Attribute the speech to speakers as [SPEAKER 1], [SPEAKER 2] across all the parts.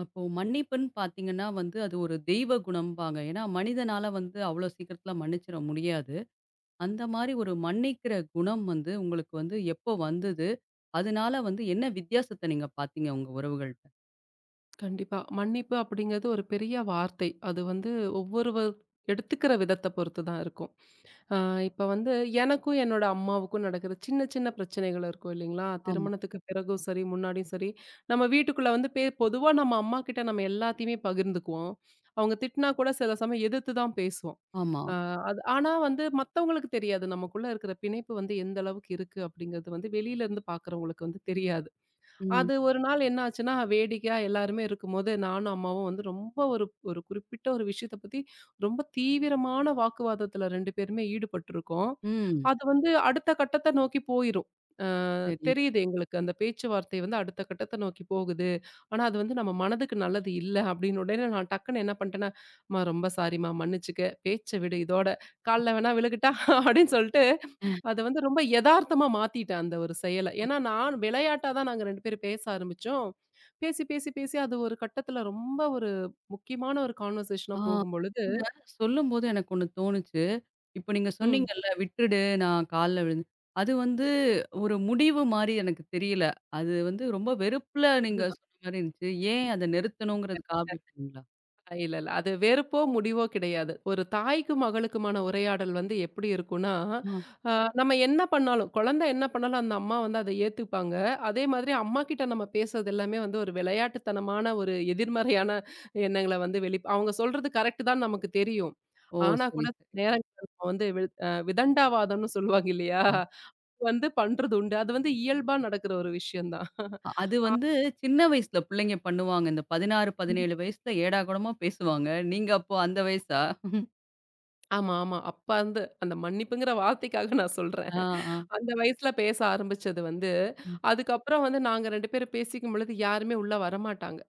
[SPEAKER 1] அப்போ மன்னிப்புன்னு பார்த்தீங்கன்னா வந்து, அது ஒரு தெய்வ குணம்பாங்க. ஏன்னா, மனிதனால வந்து அவ்வளோ சீக்கிரத்தில மன்னிச்சிட முடியாது. அந்த மாரி ஒரு மன்னிக்கிற குணம் வந்து உங்களுக்கு வந்து எப்போ வந்தது? அதனால வந்து என்ன வித்தியாசத்த நீங்க பார்த்தீங்க உங்க உறவுகள்ட்ட?
[SPEAKER 2] கண்டிப்பா. மன்னிப்பு அப்படிங்கிறது ஒரு பெரிய வார்த்தை. அது வந்து ஒவ்வொருவர் எடுத்துக்கிற விதத்த பொறுத்து தான் இருக்கும். அ இப்ப வந்து எனக்கும் என்னோட அம்மாவுக்கும் நடக்கிற சின்ன சின்ன பிரச்சனைகள் இருக்கும் இல்லைங்களா?
[SPEAKER 1] ஆமா,
[SPEAKER 2] திருமணத்துக்கு பிறகும் சரி, முன்னாடியும் சரி, நம்ம வீட்டுக்குள்ள வந்து பொதுவா நம்ம அம்மாகிட்ட நம்ம எல்லாத்தையுமே பகிர்ந்துக்குவோம். அவங்க திட்டினா கூட சில சமயம் எதிர்த்து தான் பேசுவோம்.
[SPEAKER 1] ஆமா.
[SPEAKER 2] அ அது ஆனா வந்து மத்தவங்களுக்கு தெரியாது. நமக்குள்ள இருக்கிற பிணைப்பு வந்து எந்த அளவுக்கு இருக்கு அப்படிங்கிறது வந்து வெளியில இருந்து பார்க்குறவங்களுக்கு வந்து தெரியாது.
[SPEAKER 1] ம்,
[SPEAKER 2] அது ஒரு நாள் என்ன ஆச்சுன்னா, வேடிக்கையா எல்லாருமே இருக்கும்போது, நானும் அம்மாவும் வந்து ரொம்ப ஒரு ஒரு குறிப்பிட்ட ஒரு விஷயத்த பத்தி ரொம்ப தீவிரமான வாக்குவாதத்துல 2 பேருமே ஈடுபட்டுருக்கோம்.
[SPEAKER 1] ம்.
[SPEAKER 2] அது வந்து அடுத்த கட்டத்த நோக்கி போயிரும். அ
[SPEAKER 1] சரி.
[SPEAKER 2] தெரியுது எங்களுக்கு அந்த பேச்சுவார்த்தை வந்து அடுத்த கட்டத்த நோக்கி போகுது. ஆனா அது வந்து நம்ம மனதுக்கு நல்லது இல்ல அப்படின்னு உடனே நான் டக்குன்னு என்ன பண்ணிட்டேன்னா, "அம்மா ரொம்ப சாரிம்மா மன்னிச்சுக்க. பேச்ச விடு இதோட. கால்ல வேணா விழுகட்டா?" அப்படின்னு சொல்லிட்டு அத வந்து ரொம்ப எதார்த்தமா மாத்திட்டேன் அந்த ஒரு செயல. ஏன்னா, நான் விளையாட்டா தான் நாங்க 2 பேரும் பேச ஆரம்பிச்சோம். பேசி, பேசி, பேசி அது ஒரு கட்டத்துல ரொம்ப ஒரு முக்கியமான ஒரு கான்வர்சேஷனா
[SPEAKER 1] ஆ
[SPEAKER 2] போகும்பொழுது
[SPEAKER 1] நீங்க சொல்லும்போது எனக்கு ஒண்ணு தோணுச்சு. இப்போ நீங்க
[SPEAKER 2] ம்.
[SPEAKER 1] சொன்னீங்கல்ல, "விட்டுடு நான் கால்ல விழுந்து" அது வந்து ஒரு முடிவு மாரி எனக்கு தெரியல. அது வந்து ரொம்ப வெறுப்புல நீங்க
[SPEAKER 2] அதுதான்.
[SPEAKER 1] சொன்ன மாரி இருந்துச்சு. ஏன் அத நிறுத்தணுங்கிறதுக்கா அப்படி பண்ணீங்களா?
[SPEAKER 2] இல்ல, இல்ல. அது வெறுப்போ, முடிவோ கிடையாது. ஒரு தாய்க்கும், மகளுக்குமான உரையாடல் வந்து எப்படி இருக்கும்னா,
[SPEAKER 1] ஆ.
[SPEAKER 2] அ நம்ம என்ன பண்ணாலும் குழந்தை என்ன பண்ணாலும் அந்த அம்மா வந்து அத ஏத்துப்பாங்க. அதே மாதிரி அம்மாகிட்ட நம்ம பேசுறது எல்லாமே வந்து ஒரு விளையாட்டுத்தனமான ஒரு எதிர்மறையான எண்ணங்கள வந்து அவங்க சொல்றது கரெக்ட் தான் நமக்கு தெரியும்.
[SPEAKER 1] ஓ!
[SPEAKER 2] ஆனா கூட
[SPEAKER 1] சரி,
[SPEAKER 2] சில
[SPEAKER 1] சரி.
[SPEAKER 2] நேரங்கள்ல நம்ம வந்து வி அ விதண்டாவாதம்னு சொல்லுவாங்க இல்லையா?
[SPEAKER 1] ஆ.
[SPEAKER 2] வந்து பண்றது உண்டு. அது வந்து இயல்பா நடக்கிற ஒரு விஷயம் தான்.
[SPEAKER 1] அது
[SPEAKER 2] ஆ
[SPEAKER 1] வந்து சின்ன வயசுல பிள்ளைங்க பண்ணுவாங்க. இந்த 16, 17 வயசுல ஏடாகூடமா பேசுவாங்க. நீங்க அப்போ அந்த வயசா?
[SPEAKER 2] ஆமா, ஆமா. அப்ப வந்து அந்த மன்னிப்புங்கிற வார்த்தைக்காக நான் சொல்றேன்.
[SPEAKER 1] ஆ, ஆ.
[SPEAKER 2] அந்த வயசுல பேச ஆரம்பிச்சது வந்து,
[SPEAKER 1] ம்,
[SPEAKER 2] அதுக்கப்புறம் வந்து நாங்க 2 பேரும் பேசிக்கும் பொழுது யாருமே உள்ள வரமாட்டாங்க.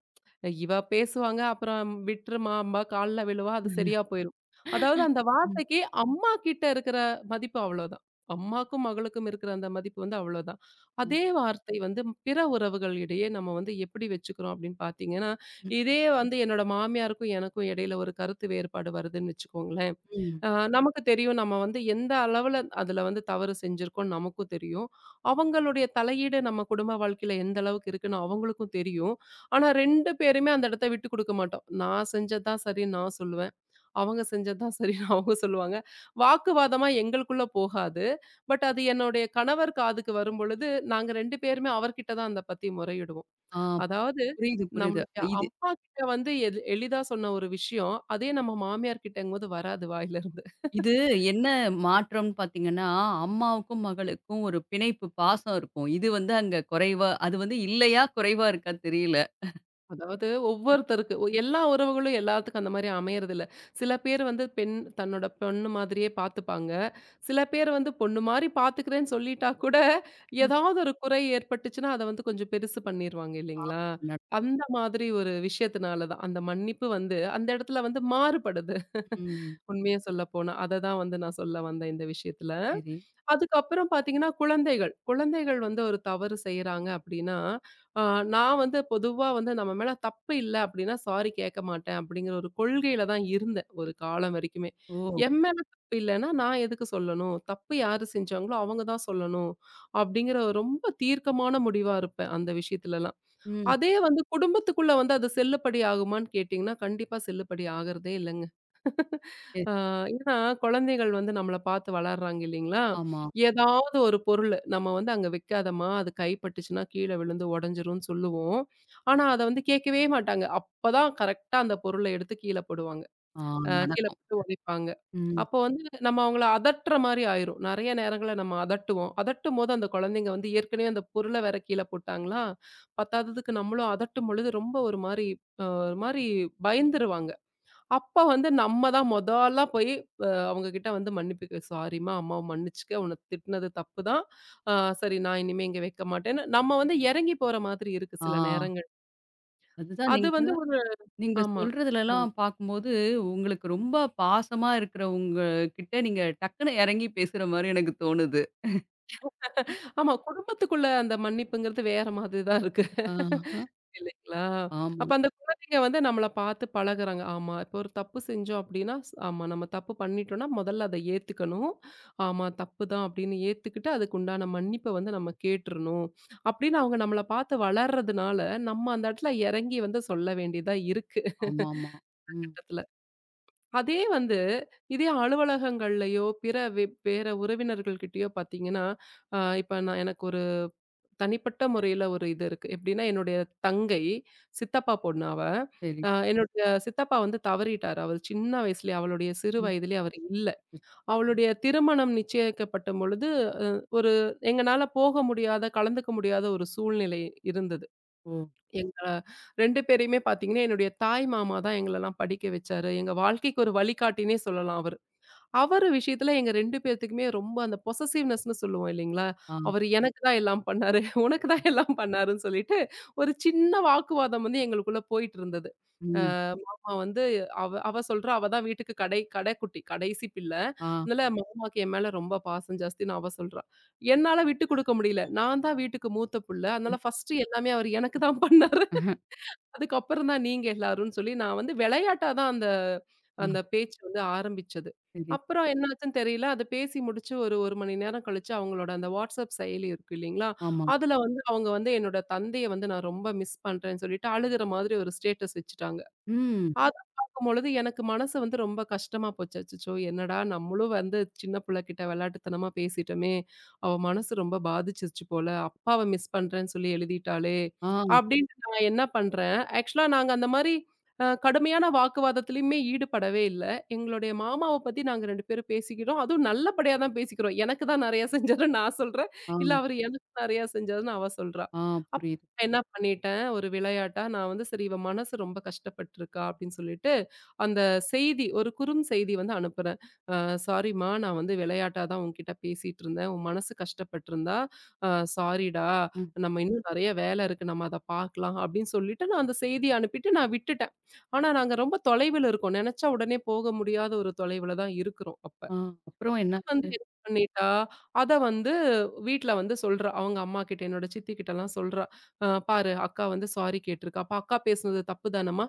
[SPEAKER 2] இவ பேசுவாங்க, அப்புறம் விட்டுருமாம்பா, கால்ல விழுவா, அது சரியா போயிரும். அதாவது அந்த
[SPEAKER 1] ம்,
[SPEAKER 2] வார்த்தைக்கு அம்மா கிட்ட இருக்கிற மதிப்பு அவ்வளோதான். அம்மாக்கும், மகளுக்கும் இருக்கிற அந்த மதிப்பு வந்து அவ்வளோதான்.
[SPEAKER 1] ம்,
[SPEAKER 2] அதே வார்த்தை வந்து பிற உறவுகள் இடையே நம்ம வந்து எப்படி வச்சுக்கிறோம் அப்படின்னு பார்த்தீங்கன்னா, இதே வந்து என்னோட மாமியாருக்கும் எனக்கும் இடையில ஒரு கருத்து வேறுபாடு வருதுன்னு வச்சுக்கோங்களேன்.
[SPEAKER 1] ம்.
[SPEAKER 2] அ நமக்கு தெரியும். நம்ம வந்து எந்த அளவுல அதுல வந்து தவறு செஞ்சிருக்கோம்னு நமக்கும் தெரியும். அவங்களுடைய தலையீடு நம்ம குடும்ப வாழ்க்கையில எந்த அளவுக்கு இருக்குன்னு அவங்களுக்கும் தெரியும். ஆனா 2 பேருமே அந்த இடத்த விட்டு குடுக்க மாட்டோம். நான் செஞ்சது தான் சரின்னு நான் சொல்லுவேன். அவங்க செஞ்சது தான் சரின்னு அவங்க சொல்லுவாங்க. வாக்குவாதமா எங்களுக்குள்ள போகாது. பட் அது என்னுடைய கணவர் காதுக்கு வரும்பொழுது, நாங்க 2 பேருமே அவர்கிட்ட தான் அத பத்தி முறையிடுவோம்.
[SPEAKER 1] ஆ
[SPEAKER 2] அதாவது
[SPEAKER 1] புரியுது, புரியுது.
[SPEAKER 2] நம்மளுடைய
[SPEAKER 1] இது
[SPEAKER 2] அம்மா கிட்ட வந்து எது எளிதா சொன்ன ஒரு விஷயம், அதே நம்ம மாமியார் கிட்டங்கும்போது வராது வாயிலருந்து.
[SPEAKER 1] இது என்ன மாற்றம்னு பார்த்தீங்கன்னா, அம்மாவுக்கும், மகளுக்கும் ஒரு பிணைப்பு பாசம் இருக்கும். இது வந்து அங்க குறைவா அது வந்து இல்லையா? குறைவா இருக்கா? தெரியல.
[SPEAKER 2] அதாவது ஒவ்வொருத்தருக்கு எல்லா உறவுகளும் எல்லாத்துக்கும் அந்த மாரி அமையறதில்ல. சில பேர் வந்து தன்னோட பொண்ணு மாதிரியே பார்த்துப்பாங்க. சில பேர் வந்து பொண்ணு மாரி பார்த்துக்கிறேன்னு சொல்லிட்டா கூட,
[SPEAKER 1] ம்.
[SPEAKER 2] ஏதாவது ஒரு குறை ஏற்பட்டுச்சுன்னா, அத வந்து கொஞ்சம் பெருசு பண்ணிருவாங்க
[SPEAKER 1] ஆ
[SPEAKER 2] இல்லைங்களா?
[SPEAKER 1] நட
[SPEAKER 2] அந்த மாதிரி ஒரு விஷயத்தினால தான். அந்த மன்னிப்பு வந்து அந்த இடத்துல வந்து மாறுபடுது.
[SPEAKER 1] ம்.
[SPEAKER 2] உண்மைய சொல்லப்போனா, அததான் வந்து நான் சொல்ல வந்தேன் இந்த விஷயத்துல.
[SPEAKER 1] சரி.
[SPEAKER 2] அதுக்கப்புறம் பார்த்தீங்கன்னா, குழந்தைகள். குழந்தைகள் வந்து ஒரு தவறு செய்றாங்க அப்டின்னா, அ நான் வந்து பொதுவா வந்து நம்ம மேல தப்பு இல்ல அப்டின்னா, சாரி கேட்க மாட்டேன் அப்டிங்கிற ஒரு கொள்கையில தான் இருந்தேன், ஒரு காலம் வரைக்குமே.
[SPEAKER 1] ஓ!
[SPEAKER 2] என் மேல தப்பு இல்லன்னா, நான் எதுக்கு சொல்லணும்? தப்பு யாரு செஞ்சாங்களோ அவங்க தான் சொல்லணும். அப்டிங்கிற ரொம்ப தீர்க்கமான முடிவா இருப்பேன், அந்த விஷயத்துலலாம்.
[SPEAKER 1] ம்.
[SPEAKER 2] அதே வந்து குடும்பத்துக்குள்ள வந்து அது செல்லுபடி ஆகுமான்னு கேட்டீங்கன்னா, கண்டிப்பா செல்லுபடி ஆகுறதே இல்லங்க.
[SPEAKER 1] சரி.
[SPEAKER 2] ஆ ஏன்னா, குழந்தைகள் வந்து நம்மள பார்த்து வளர்றாங்க இல்லைங்களா?
[SPEAKER 1] ஆமா.
[SPEAKER 2] ஏதாவது ஒரு பொருள் நம்ம வந்து அங்க வைக்காதம்மா, அது கைப்பட்டுச்சுன்னா கீழ விழுந்து உடைஞ்சிரும்னு சொல்லுவோம். ஆனா, அத வந்து கேட்கவே மாட்டாங்க. அப்பதான் கரெக்ட்டா அந்த பொருள எடுத்து கீழ போடுவாங்க.
[SPEAKER 1] ஆ
[SPEAKER 2] கீழ
[SPEAKER 1] நடக்கும்.
[SPEAKER 2] போட்டு உடைப்பாங்க.
[SPEAKER 1] ம்.
[SPEAKER 2] அப்போ வந்து நம்ம அவங்கள அதட்டுற மாரி ஆயிரும். நெறைய நேரங்கள்ல நம்ம அதட்டுவோம். அதட்டும்போது அந்த குழந்தைங்க வந்து ஏற்கனவே அந்த பொருள வேற கீழ போட்டாங்களா, பத்தாததுக்கு நம்மளும் அதட்டும் பொழுது ரொம்ப ஒரு மாரி பயந்துருவாங்க. அப்ப வந்து நம்ம தான் மொதலா போய் அவங்ககிட்ட வந்து மன்னிப்புக்கு "சாரிம்மா, அம்மாவ மன்னிச்சுக்க. உன்ன திட்டுனது தப்பு தான். அ சரி நான் இனிமே இங்க வைக்க மாட்டேன்னு" நம்ம வந்து இறங்கி போற மாதிரி இருக்கு
[SPEAKER 1] ஆ
[SPEAKER 2] சில நேரங்கள்.
[SPEAKER 1] அதுதான்
[SPEAKER 2] அது
[SPEAKER 1] நீங்க
[SPEAKER 2] வந்து ஒரு
[SPEAKER 1] நீங்க
[SPEAKER 2] ஆமா.
[SPEAKER 1] சொல்றதுலலாம் பார்க்கும்போது, உங்களுக்கு ரொம்ப பாசமா இருக்கிறவங்க கிட்ட நீங்க டக்குனு இறங்கி பேசுற மாரி எனக்கு தோணுது.
[SPEAKER 2] ஆமா குடும்பத்துக்குள்ள அந்த மன்னிப்புங்கிறது வேற மாதிரி தான் இருக்கு.
[SPEAKER 1] ஆஹ.
[SPEAKER 2] இல்லைங்களா?
[SPEAKER 1] ஆமா.
[SPEAKER 2] அப்ப அந்த குழந்தைங்க வந்து நம்மள பார்த்து பழகுறாங்க. ஆமா, இப்போ ஒரு தப்பு செஞ்சோம் அப்டின்னா, ஆமா நம்ம தப்பு பண்ணிட்டோம்னா, முதல்ல அத ஏத்துக்கணும். ஆமா தப்பு தான் அப்டின்னு ஏத்துக்கிட்டு, அதுக்கு உண்டான மன்னிப்ப வந்து நம்ம கேட்டுறணும். அப்டின்னு அவங்க நம்மள பார்த்து வளர்றதுனால, நம்ம அந்த இடத்துல இறங்கி வந்து சொல்ல வேண்டியதா இருக்கு.
[SPEAKER 1] ஆமாமா. ம்.
[SPEAKER 2] கட்டத்துல. அதே வந்து இதே அலுவலகங்கள்லயோ, பிற வேற உறவினர்கள்கிட்டயோ பார்த்தீங்கன்னா, இப்ப நான் எனக்கு ஒரு தனிப்பட்ட முறையில ஒரு இது இருக்கு. எப்படின்னா, என்னுடைய தங்கை, சித்தப்பா பொண்ணு அவ.
[SPEAKER 1] சரி.
[SPEAKER 2] என்னுடைய சித்தப்பா வந்து தவறிட்டாரு. அவரு சின்ன வயசுலயே, அவளுடைய சிறு
[SPEAKER 1] ம்.
[SPEAKER 2] வயதிலே அவரு இல்ல. அவளுடைய திருமணம் நிச்சயிக்கப்பட்ட பொழுது, அ ஒரு எங்கனால போக முடியாத, கலந்துக்க முடியாத ஒரு சூழ்நிலை இருந்தது.
[SPEAKER 1] ஓ!
[SPEAKER 2] எங்க 2 பேரையுமே பாத்தீங்கன்னா, என்னுடைய தாய் மாமா தான் எங்களலாம் படிக்க வச்சாரு. எங்க வாழ்க்கைக்கு ஒரு வழிகாட்டினே சொல்லலாம் அவரு. அவரு விஷயத்துல எங்க 2 பேத்துக்குமே ரொம்ப அந்த பொசசிவ்னெஸ்ன்னு சொல்லுவோம் இல்லைங்களா?
[SPEAKER 1] ஆ.
[SPEAKER 2] அவரு எனக்கு தான் எல்லாம் பண்ணாரு. உனக்கு தான் எல்லாம் பண்ணாருன்னு சொல்லிட்டு, ஒரு சின்ன வாக்குவாதம் வந்து எங்களுக்குள்ள போயிட்டு இருந்தது.
[SPEAKER 1] ம்.
[SPEAKER 2] அ வந்து அவ அவ சொல்றா, அவ தான் வீட்டுக்கு கடை கடைக்குட்டி, கடைசி பிள்ள.
[SPEAKER 1] ஆ.
[SPEAKER 2] அதனால மாமாக்கு என் மேல ரொம்ப பாசம் ஜாஸ்தின்னு அவ சொல்றா. என்னால விட்டு குடுக்க முடியல. நான் தான் வீட்டுக்கு மூத்த புள்ள.
[SPEAKER 1] ம்.
[SPEAKER 2] அதனால ஃபர்ஸ்ட்டு எல்லாமே அவரு எனக்கு தான் பண்ணாரு.
[SPEAKER 1] அஹ.
[SPEAKER 2] அதுக்கப்புறம் தான் நீங்க எல்லாரும்ன்னு சொல்லி, நான் வந்து விளையாட்டா தான் அந்த
[SPEAKER 1] ஆ
[SPEAKER 2] அந்த பேச்சு வந்து ஆரம்பிச்சது.
[SPEAKER 1] சரி.
[SPEAKER 2] அப்புறம் என்னாச்சுன்னு தெரியல. அத பேசி முடிச்சு ஒரு 1 மணி நேரம் கழிச்சு அவங்களோட அந்த WhatsApp செயலி இருக்கு இல்லைங்களா?
[SPEAKER 1] ஆமா.
[SPEAKER 2] அதுல வந்து அவங்க வந்து என்னோட தந்தைய வந்து நான் ரொம்ப மிஸ் பண்றேன்னு சொல்லிட்டு, அழுகுற மாதிரி ஒரு ஸ்டேட்டஸ் வச்சுட்டாங்க.
[SPEAKER 1] ம்.
[SPEAKER 2] அத பார்க்கும்பொழுது எனக்கு மனசு வந்து ரொம்ப கஷ்டமா போச்சு. அச்சச்சோ! என்னடா நம்மளும் வந்து சின்ன புள்ளகிட்ட விளையாட்டுத்தனமா பேசிட்டோமே! அவ மனசு ரொம்ப பாதிச்சிருச்சு போல. அப்பாவ மிஸ் பண்றேன்னு சொல்லி எழுதிட்டாளே!
[SPEAKER 1] ஆ,
[SPEAKER 2] அப்டின்ட்டு நான் என்ன பண்றேன், ஆக்சுவலா நாங்க அந்த மாரி கடுமையான வாக்குவாதத்திலயுமே ஈடுபடவே இல்ல. எங்களுடைய மாமாவ பத்தி நாங்க 2 பேரும் பேசிக்கிறோம். அதுவும் நல்லபடியா தான் பேசிக்கிறோம். எனக்கு தான் நெறையா செஞ்சாருன்னு நான் சொல்றேன்.
[SPEAKER 1] ஆ,
[SPEAKER 2] இல்ல அவரு எனக்கு நெறையா செஞ்சாருன்னு அவ சொல்றா.
[SPEAKER 1] ஆ புரியுது.
[SPEAKER 2] என்ன பண்ணிட்டேன், ஒரு விளையாட்டா நான் வந்து சரி இவ மனசு ரொம்ப கஷ்டப்பட்டுருக்கா அப்படின்னு சொல்லிட்டு, அந்த செய்தி ஒரு குறும் செய்தி வந்து அனுப்புறேன். அ சாரிம்மா நான் வந்து விளையாட்டா தான் உன்கிட்ட பேசிட்டு இருந்தேன். உன் மனசு கஷ்டப்பட்டுருந்தா, அ சாரிடா
[SPEAKER 1] ம்.
[SPEAKER 2] நம்ம இன்னும் நெறைய வேலை இருக்கு. நம்ம அத பார்க்கலாம் அப்படின்னு சொல்லிட்டு நான் அந்த செய்திய அனுப்பிட்டு நான் விட்டுட்டேன். ஆனா நாங்க ரொம்ப தொலைவுல இருக்கோம். நெனச்சா உடனே போக முடியாத ஒரு தொலைவுல தான் இருக்கிறோம் அப்ப.
[SPEAKER 1] ஆ அப்புறம்
[SPEAKER 2] வந்து
[SPEAKER 1] என்னாச்சு?
[SPEAKER 2] என்ன பண்ணிட்டா, அத வந்து வீட்ல வந்து சொல்றா. அவங்க அம்மாகிட்ட, என்னோட சித்திகிட்டலாம் சொல்றா. பாரு அக்கா வந்து சாரி கேட்டிருக்கா. அப்ப அக்கா பேசுனது தப்பு தானம்மா?"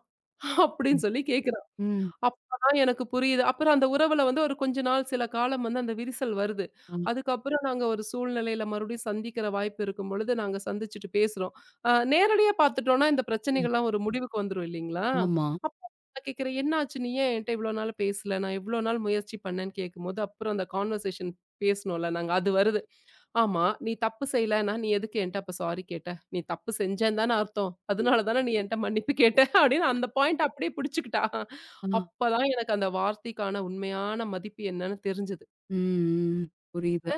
[SPEAKER 2] அப்படின்னு
[SPEAKER 1] ம்.
[SPEAKER 2] சொல்லி கேட்குறா.
[SPEAKER 1] ம்.
[SPEAKER 2] அப்பதான் எனக்கு புரியுது. அப்புறம் அந்த உறவுல வந்து ஒரு கொஞ்ச நாள் சில காலம் வந்து அந்த விரிசல் வருது.
[SPEAKER 1] ஆ.
[SPEAKER 2] அதுக்கப்புறம் நாங்க ஒரு சூழ்நிலையில மறுபடியும் சந்திக்கிற வாய்ப்பு இருக்கும் பொழுது, நாங்க சந்திச்சுட்டு பேசுறோம். நேரடியா பார்த்துட்டோம்னா, இந்த
[SPEAKER 1] ம்.
[SPEAKER 2] பிரச்சனைகள்லாம் ஒரு முடிவுக்கு வந்துரும் இல்லைங்களா?
[SPEAKER 1] ஆமா.
[SPEAKER 2] அப்ப நான் கேட்கிறேன், "என்னாச்சு? நீ ஏன் என்ட்ட இவ்வளோ நாள் பேசல? நான் எவ்வளோ நாள் முயற்சி பண்ணேன்னு" கேட்கும்போது, அப்புறம் அந்த கான்வர்சேஷன் பேசினோம்ல நாங்க, அது வருது. "ஆமா, நீ தப்பு செய்யலன்னா, நீ எதுக்கு என்ட்ட அப்ப சாரி கேட்ட? நீ தப்பு செஞ்சேன்னு தானே அர்த்தம். அதனால தானே நீ என்ட்ட மன்னிப்பு கேட்ட" அப்படின்னு அந்த பாயிண்ட் அப்படியே பிடிச்சுக்கிட்டா.
[SPEAKER 1] ஆ.
[SPEAKER 2] அப்பதான் எனக்கு அந்த வார்த்தைக்கான உண்மையான மதிப்பு என்னன்னு தெரிஞ்சது.
[SPEAKER 1] ம். புரியுது.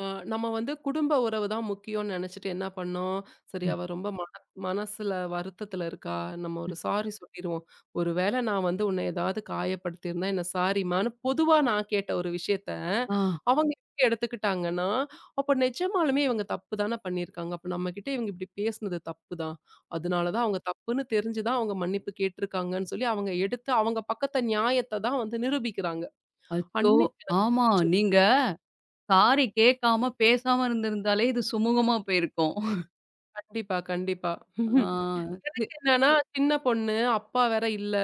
[SPEAKER 2] ஆ நம்ம வந்து குடும்ப உறவு தான் முக்கியம்னு நெனச்சுட்டு என்ன பண்ணோம், சரி
[SPEAKER 1] ம்.
[SPEAKER 2] அவ ரொம்ப மனசுல வருத்தத்துல இருக்கா, நம்ம ஒரு
[SPEAKER 1] ம்.
[SPEAKER 2] சாரி சொல்லிருவோம். ஒருவேள நான் வந்து உன்ன ஏதாவது காயப்படுத்தியிருந்தா என்ன சாரிம்மான்னு பொதுவா நான் கேட்ட ஒரு விஷயத்த,
[SPEAKER 1] ஆ.
[SPEAKER 2] அவங்க எப்படி எடுத்துக்கிட்டாங்கன்னா, அப்ப நிஜமாலுமே இவங்க தப்பு தான பண்ணியிருக்காங்க. அப்ப நம்மகிட்ட இவங்க இப்படி பேசுனது தப்பு தான். அதனால தான் அவங்க தப்புன்னு தெரிஞ்சு தான் அவங்க மன்னிப்பு கேட்டிருக்காங்கன்னு சொல்லி அவங்க எடுத்து அவங்க பக்கத்த நியாயத்த தான் வந்து நிரூபிக்கிறாங்க.
[SPEAKER 1] அச்சோ!
[SPEAKER 2] அன்னைக்கு எனக்கு
[SPEAKER 1] ஆமா.
[SPEAKER 2] புடிச்சது.
[SPEAKER 1] நீங்க சாரி கேட்காம, பேசாம இருந்திருந்தாலே இது சுமூகமா போயிருக்கும்.
[SPEAKER 2] கண்டிப்பா, கண்டிப்பா.
[SPEAKER 1] ஆ. சி
[SPEAKER 2] என்னன்னா, சின்ன பொண்ணு, அப்பா வேற இல்ல.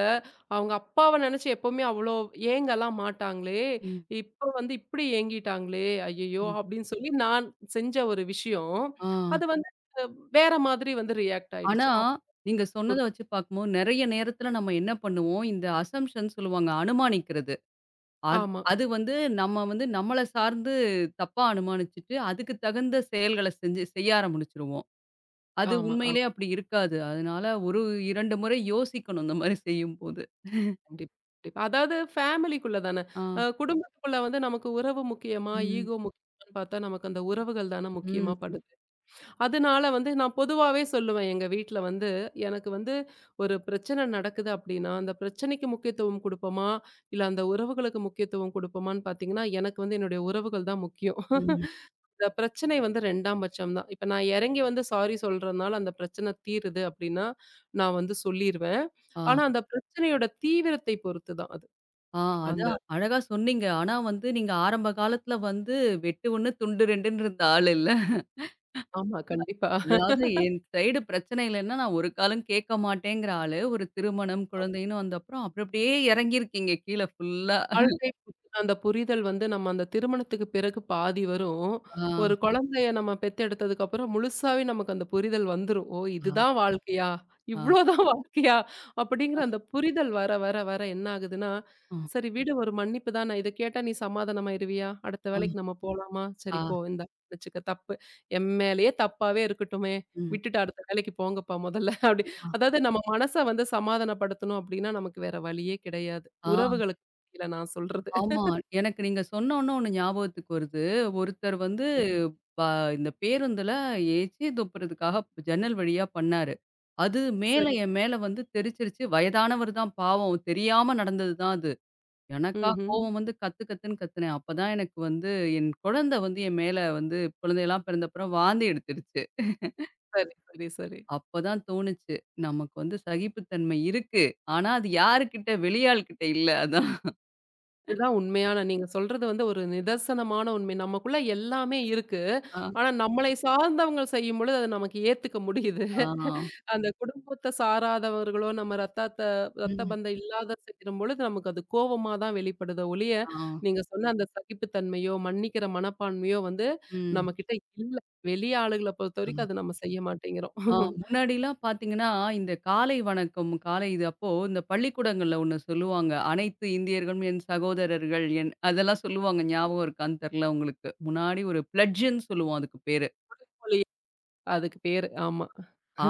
[SPEAKER 2] அவங்க அப்பாவ நெனச்சு எப்பவுமே அவ்ளோ ஏங்கலாம் மாட்டாங்களே!
[SPEAKER 1] ம்.
[SPEAKER 2] இப்ப வந்து இப்டி ஏங்கிட்டாங்களே! ஐயய்யோ!
[SPEAKER 1] ம்.
[SPEAKER 2] அப்டின்னு சொல்லி நான் செஞ்ச ஒரு விஷயம்.
[SPEAKER 1] ஆ.
[SPEAKER 2] அது வந்து அஹ், வேற மாதிரி வந்து ரியாக்ட்
[SPEAKER 1] ஆனா,
[SPEAKER 2] ஆயிடுச்சு. அப்
[SPEAKER 1] நீங்க சொன்னத
[SPEAKER 2] ஒரு
[SPEAKER 1] வச்சு பார்க்கும்போது, நெறைய நேரத்துல நம்ம என்ன பண்ணுவோம்? இந்த அசம்ப்ஷன் சொல்லுவாங்க. அனுமானிக்கிறது. அது
[SPEAKER 2] ஆமா,
[SPEAKER 1] அது வந்து நம்ம வந்து நம்மள சார்ந்து தப்பா அனுமானிச்சுட்டு, அதுக்கு தகுந்த செயல்கள செஞ்சு செய்ய ஆரம்பிச்சுருவோம். அது
[SPEAKER 2] ஆமா, ஆமா.
[SPEAKER 1] உண்மையிலேயே அப்படி இருக்காது. அதனால ஒரு 2 முறை யோசிக்கணும் இந்த மாரி செய்யும்போது.
[SPEAKER 2] கண்டிப்பா, கண்டிப்பா. அதாவது ஃபேமிலிக்குள்ள தான.
[SPEAKER 1] ஆ.
[SPEAKER 2] குடும்பத்துக்குள்ள வந்து நமக்கு உறவு முக்கியமா?
[SPEAKER 1] ம்.
[SPEAKER 2] ஈகோ முக்கியமான்னு பார்த்தா, நமக்கு அந்த உறவுகள் தான முக்கியமா
[SPEAKER 1] ம்.
[SPEAKER 2] படுது. அதனால வந்து நான் பொதுவாவே சொல்லுவேன் எங்க வீட்ல வந்து, எனக்கு வந்து ஒரு பிரச்சனை நடக்குது அப்டின்னா, அந்த பிரச்சனைக்கு முக்கியத்துவம் குடுப்போமா? இல்ல அந்த உறவுகளுக்கு முக்கியத்துவம் குடுப்போமான்னு பார்த்தீங்கன்னா, எனக்கு வந்து என்னுடைய உறவுகள் தான் முக்கியம்.
[SPEAKER 1] ம்.
[SPEAKER 2] இந்த பிரச்சனை வந்து 2ஆம் பட்சம் தான். இப்ப நான் இறங்கி வந்து சாரி சொல்றதுனால அந்த பிரச்சனை தீருது அப்டின்னா, நான் வந்து சொல்லிருவேன்.
[SPEAKER 1] ஆ.
[SPEAKER 2] ஆனா அந்த பிரச்சனையோட தீவிரத்தை பொறுத்து தான் அது.
[SPEAKER 1] ஆ
[SPEAKER 2] அந்த
[SPEAKER 1] அதான் அழகா சொன்னீங்க. ஆனா வந்து நீங்க ஆரம்ப காலத்துல வந்து வெட்டு 1 துண்டு 2ன்னு இருந்த ஆள் இல்ல.
[SPEAKER 2] ஆமா கண்டிப்பா.
[SPEAKER 1] அதாவது என் சைடு பிரச்சனை இல்லன்னா, நான் ஒரு காலும் கேட்க மாட்டேங்கிற ஆளு. ஒரு திருமணம், குழந்தைன்னு வந்தப்புறம் அப்படி அப்படியே இறங்கியிருக்கீங்க கீழ ஃபுல்லா.
[SPEAKER 2] வாழ்க்கை புகுந்த அந்த புரிதல் வந்து நம்ம அந்த திருமணத்துக்கு பிறகு பாதி வரும்.
[SPEAKER 1] ஆ.
[SPEAKER 2] ஒரு குழந்தைய நம்ம பெத்தெடுத்ததுக்கு அப்புறம் முழுசாவே நமக்கு அந்த புரிதல் வந்துரும். ஓ!
[SPEAKER 1] ஆ.
[SPEAKER 2] இதுதான் வாழ்க்கையா?
[SPEAKER 1] ஆ.
[SPEAKER 2] இவ்ளோதான் வாழ்க்கையா? அப்படிங்கிற அந்த புரிதல் வர, வர, வர என்ன ஆகுதுன்னா,
[SPEAKER 1] அ,
[SPEAKER 2] சரி விடு ஒரு மன்னிப்பு தான. இத கேட்டா நீ சமாதானமாயிருவியா? அடுத்த
[SPEAKER 1] அ,
[SPEAKER 2] வேலைக்கு நம்ம போலாமா? சரி
[SPEAKER 1] ஆ,
[SPEAKER 2] போ இந்தா வச்சுக்க தப்பு. என் மேலயே தப்பாவே இருக்கட்டுமே.
[SPEAKER 1] ம்.
[SPEAKER 2] விட்டுட்டு அடுத்த வேலைக்கு போங்கப்பா முதல்ல. அப்படி
[SPEAKER 1] ஆ,
[SPEAKER 2] அதாவது நம்ம மனச வந்து சமாதானப்படுத்தணும் அப்படின்னா, நமக்கு வேற வழியே கிடையாது.
[SPEAKER 1] ஆ,
[SPEAKER 2] உறவுகளுக்கு இல்ல நான் சொல்றது.
[SPEAKER 1] ஆமா. எனக்கு நீங்க சொன்னோனே ஒண்ணு ஞாபகத்துக்கு வருது. ஒருத்தர் வந்து ப இந்த பேருந்துல எச்சி துப்புறதுக்காக ஜன்னல் வழியா பண்ணாரு. அது
[SPEAKER 2] சரி.
[SPEAKER 1] மேல என் மேல வந்து தெரிச்சிருச்சு. வயதானவர் தான் பாவம். தெரியாம நடந்தது தான் அது. எனக்கா
[SPEAKER 2] ம்ஹ்ம்.
[SPEAKER 1] கோவம் வந்து கத்து கத்துன்னு கத்துனேன். அப்பதான் எனக்கு வந்து என் குழந்தை வந்து என் மேல வந்து குழந்தையெல்லாம் பிறந்தப்புறம் வாந்தி எடுத்துருச்சு.
[SPEAKER 2] சரி, சரி, சரி.
[SPEAKER 1] அப்பதான் தோணுச்சு. நமக்கு வந்து சகிப்புத்தன்மை இருக்கு. ஆனா அது யாருகிட்ட வெளியாள்கிட்ட இல்ல. அதான்.
[SPEAKER 2] இதுதான் உண்மையான நீங்க சொல்றது வந்து ஒரு நிதர்சனமான உண்மை. நமக்குள்ள எல்லாமே இருக்கு.
[SPEAKER 1] ஆ,
[SPEAKER 2] ஆனா நம்மளை சார்ந்தவங்க செய்யும்பொழுது அது நமக்கு ஏத்துக்க முடியுது.
[SPEAKER 1] ஆ,
[SPEAKER 2] அந்த குடும்பத்த சாராதவர்களோ, நம்ம ரத்த
[SPEAKER 1] ம்,
[SPEAKER 2] பந்தம் இல்லாத செய்யும்பொழுது நமக்கு அது கோவமா தான் வெளிப்படுதே ஒழிய,
[SPEAKER 1] ஆ,
[SPEAKER 2] நீங்க சொன்ன அந்த சகிப்புத்தன்மையோ, மன்னிக்கிற மனப்பான்மையோ வந்து
[SPEAKER 1] ம்.
[SPEAKER 2] நம்மகிட்ட இல்ல. வெளிய ஆளுகள
[SPEAKER 1] ஆ,
[SPEAKER 2] பொறுத்தவரைக்கும் அத நம்ம செய்ய மாட்டேங்கிறோம்.
[SPEAKER 1] ஆ முன்னாடிலாம் பார்த்தீங்கன்னா, இந்த காலை வணக்கம், காலை இது அப்போ இந்த பள்ளிக்கூடங்கள்ல ஒண்ணு சொல்லுவாங்க. அனைத்து இந்தியர்களும் என் சகோதரர்கள் என் அதெல்லாம் சொல்லுவாங்க. ஞாபகம் இருக்கான்னு தெர்ல உங்களுக்கு. முன்னாடி ஒரு பிளட்ஜ்ன்னு சொல்லுவோம் அதுக்கு பேரு.
[SPEAKER 2] அதுக்கு பேரு. ஆமா.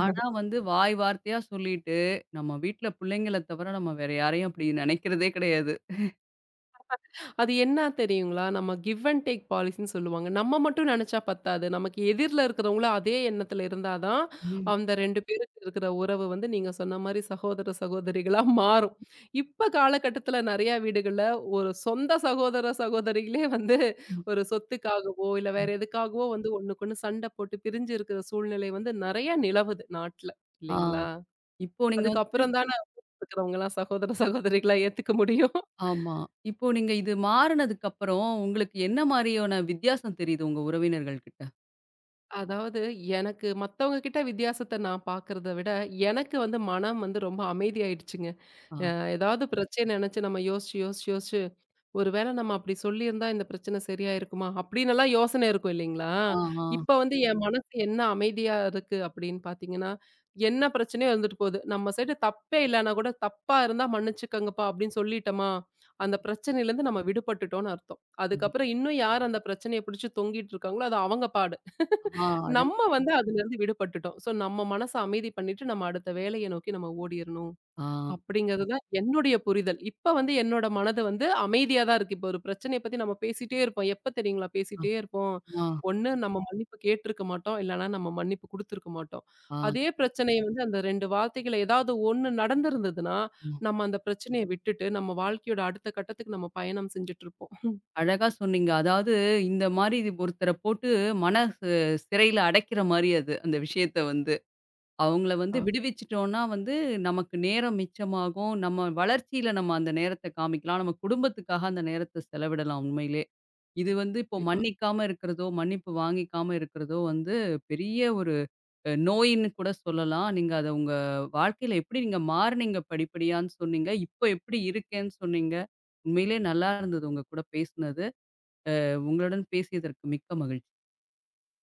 [SPEAKER 1] ஆனா வந்து வாய் வார்த்தையா சொல்லிட்டு, நம்ம வீட்ல புள்ளைங்கள தவிர நம்ம வேற யாரையும் அப்படி நெனைக்கிறதே கிடையாது.
[SPEAKER 2] அது என்ன தெரியுங்களா? நம்ம கிவ் அண்ட் டேக் பாலிசின்னு சொல்லுவாங்க. நம்ம மட்டும் நெனச்சா பத்தாது. நமக்கு எதிர்ல இருக்கிறவங்களும் அதே எண்ணத்துல இருந்தா தான்,
[SPEAKER 1] ம்,
[SPEAKER 2] அந்த 2 பேருக்கு இருக்கிற உறவு வந்து நீங்க சொன்ன மாரி சகோதர, சகோதரிகளா மாறும். இப்ப காலகட்டத்துல நெறைய வீடுகள்ல ஒரு சொந்த சகோதர, சகோதரிகளே வந்து
[SPEAKER 1] ம்,
[SPEAKER 2] ஒரு சொத்துக்காகவோ, இல்ல வேற
[SPEAKER 1] ம்.
[SPEAKER 2] எதுக்காகவோ வந்து ஒண்ணுக்கொண்ணு சண்டை போட்டு பிரிஞ்சு இருக்கிற சூழ்நிலை வந்து நெறைய நிலவுது நாட்ல.
[SPEAKER 1] ஆ
[SPEAKER 2] இல்லைங்களா?
[SPEAKER 1] இப்போ நீங்க வந்து
[SPEAKER 2] அதுக்கப்புறம் தான இருக்கிறவங்கலாம் சகோதர, சகோதரிகளா ஏத்துக்க முடியும்.
[SPEAKER 1] ஆமா. இப்போ நீங்க இது மாறுனதுக்கு அப்புறம், உங்களுக்கு என்ன மாரியான வித்தியாசம் தெரியுது உங்க உறவினர்கள் கிட்ட?
[SPEAKER 2] அதாவது எனக்கு மத்தவங்க கிட்ட வித்தியாசத்த நான் பார்க்கிறத விட, எனக்கு வந்து மனம் வந்து ரொம்ப அமைதியாயிடுச்சுங்க.
[SPEAKER 1] ஆ,
[SPEAKER 2] அ ஏதாவது பிரச்சனை நெனச்சு நம்ம யோசிச்சு, யோசிச்சு, யோசிச்சு ஒருவேளை நம்ம அப்படி சொல்லியிருந்தா இந்த பிரச்சனை சரியாயிருக்குமா? அப்படின்னெல்லாம் யோசனை இருக்கும் இல்லைங்களா?
[SPEAKER 1] ஆ, ஆ,
[SPEAKER 2] இப்ப வந்து என் மனசு என்ன அமைதியா இருக்கு அப்படின்னு பார்த்தீங்கன்னா, என்ன பிரச்சனையோ இருந்துட்டு போகுது. நம்ம சைடு தப்பே இல்லன்னா கூட, "தப்பா இருந்தா மன்னிச்சுக்கங்கப்பா" அப்படின்னு சொல்லிட்டோமா, அந்த பிரச்சனையிலேருந்து நம்ம விடுபட்டுட்டோம்னு அர்த்தம்.
[SPEAKER 1] ம்.
[SPEAKER 2] அதுக்கப்புறம் இன்னும் யார் அந்த பிரச்சனைய பிடிச்சு தொங்கிட்டு இருக்காங்களோ, அது அவங்க பாடு.
[SPEAKER 1] ஆ,
[SPEAKER 2] நம்ம
[SPEAKER 1] அழகா
[SPEAKER 2] வந்து அதுலேருந்து விடுபட்டுட்டோம். ஸோ நம்ம மனச அமைதி பண்ணிட்டு, நம்ம அடுத்த வேலைய நோக்கி நம்ம ஓடிறணும்.
[SPEAKER 1] ஆ,
[SPEAKER 2] அப்படிங்கிறது தான் என்னுடைய புரிதல். இப்ப வந்து என்னோட மனது வந்து அமைதியா தான் இருக்கு. இப்ப ஒரு பிரச்சனைய பத்தி நம்ம பேசிட்டே இருப்போம். எப்ப தெரியுங்களா
[SPEAKER 1] ஆ,
[SPEAKER 2] பேசிட்டே இருப்போம்.
[SPEAKER 1] ஆ,
[SPEAKER 2] ஒண்ணு நம்ம மன்னிப்பு கேட்டிருக்க மாட்டோம். இல்லன்னா நம்ம மன்னிப்பு குடுத்திருக்க மாட்டோம்.
[SPEAKER 1] ஆ,
[SPEAKER 2] அதே பிரச்சனைய வந்து அந்த 2 வார்த்தைகள் ஏதாவது ஒண்ணு நடந்திருந்ததுன்னா,
[SPEAKER 1] ம்.
[SPEAKER 2] நம்ம அந்த பிரச்சனைய விட்டுட்டு, நம்ம வாழ்க்கையோட அடுத்த கட்டத்துக்கு நம்ம பயணம் செஞ்சுட்டு இருப்போம்.
[SPEAKER 1] அழகா சொன்னீங்க. அதாவது இந்த மாரி ஒருத்தர போட்டு மன ச சிறையில அடைக்கிற மாரி அது, அந்த விஷயத்த வந்து. அவங்கள வந்து
[SPEAKER 2] ஆ,
[SPEAKER 1] விடுவிச்சுட்டோம்னா வந்து, நமக்கு நேரம் மிச்சமாகும். நம்ம வளர்ச்சியில நம்ம அந்த நேரத்த காமிக்கலாம். நம்ம குடும்பத்துக்காக அந்த நேரத்த செலவிடலாம் உண்மையிலே. இது வந்து இப்போ
[SPEAKER 2] கண்டிப்பா.
[SPEAKER 1] மன்னிக்காம இருக்கிறதோ, மன்னிப்பு வாங்கிக்காம இருக்கிறதோ வந்து பெரிய ஒரு அ நோயின்னு கூட சொல்லலாம். நீங்க அத உங்க வாழ்க்கையில எப்படி நீங்க மாறுனீங்க படிப்படியான்னு சொன்னீங்க. இப்போ எப்படி இருக்கேன்னு சொன்னீங்க. உண்மையிலே நல்லா இருந்தது உங்க கூட பேசினது. அ உங்களுடன் பேசியதற்கு மிக்க மகிழ்ச்சி.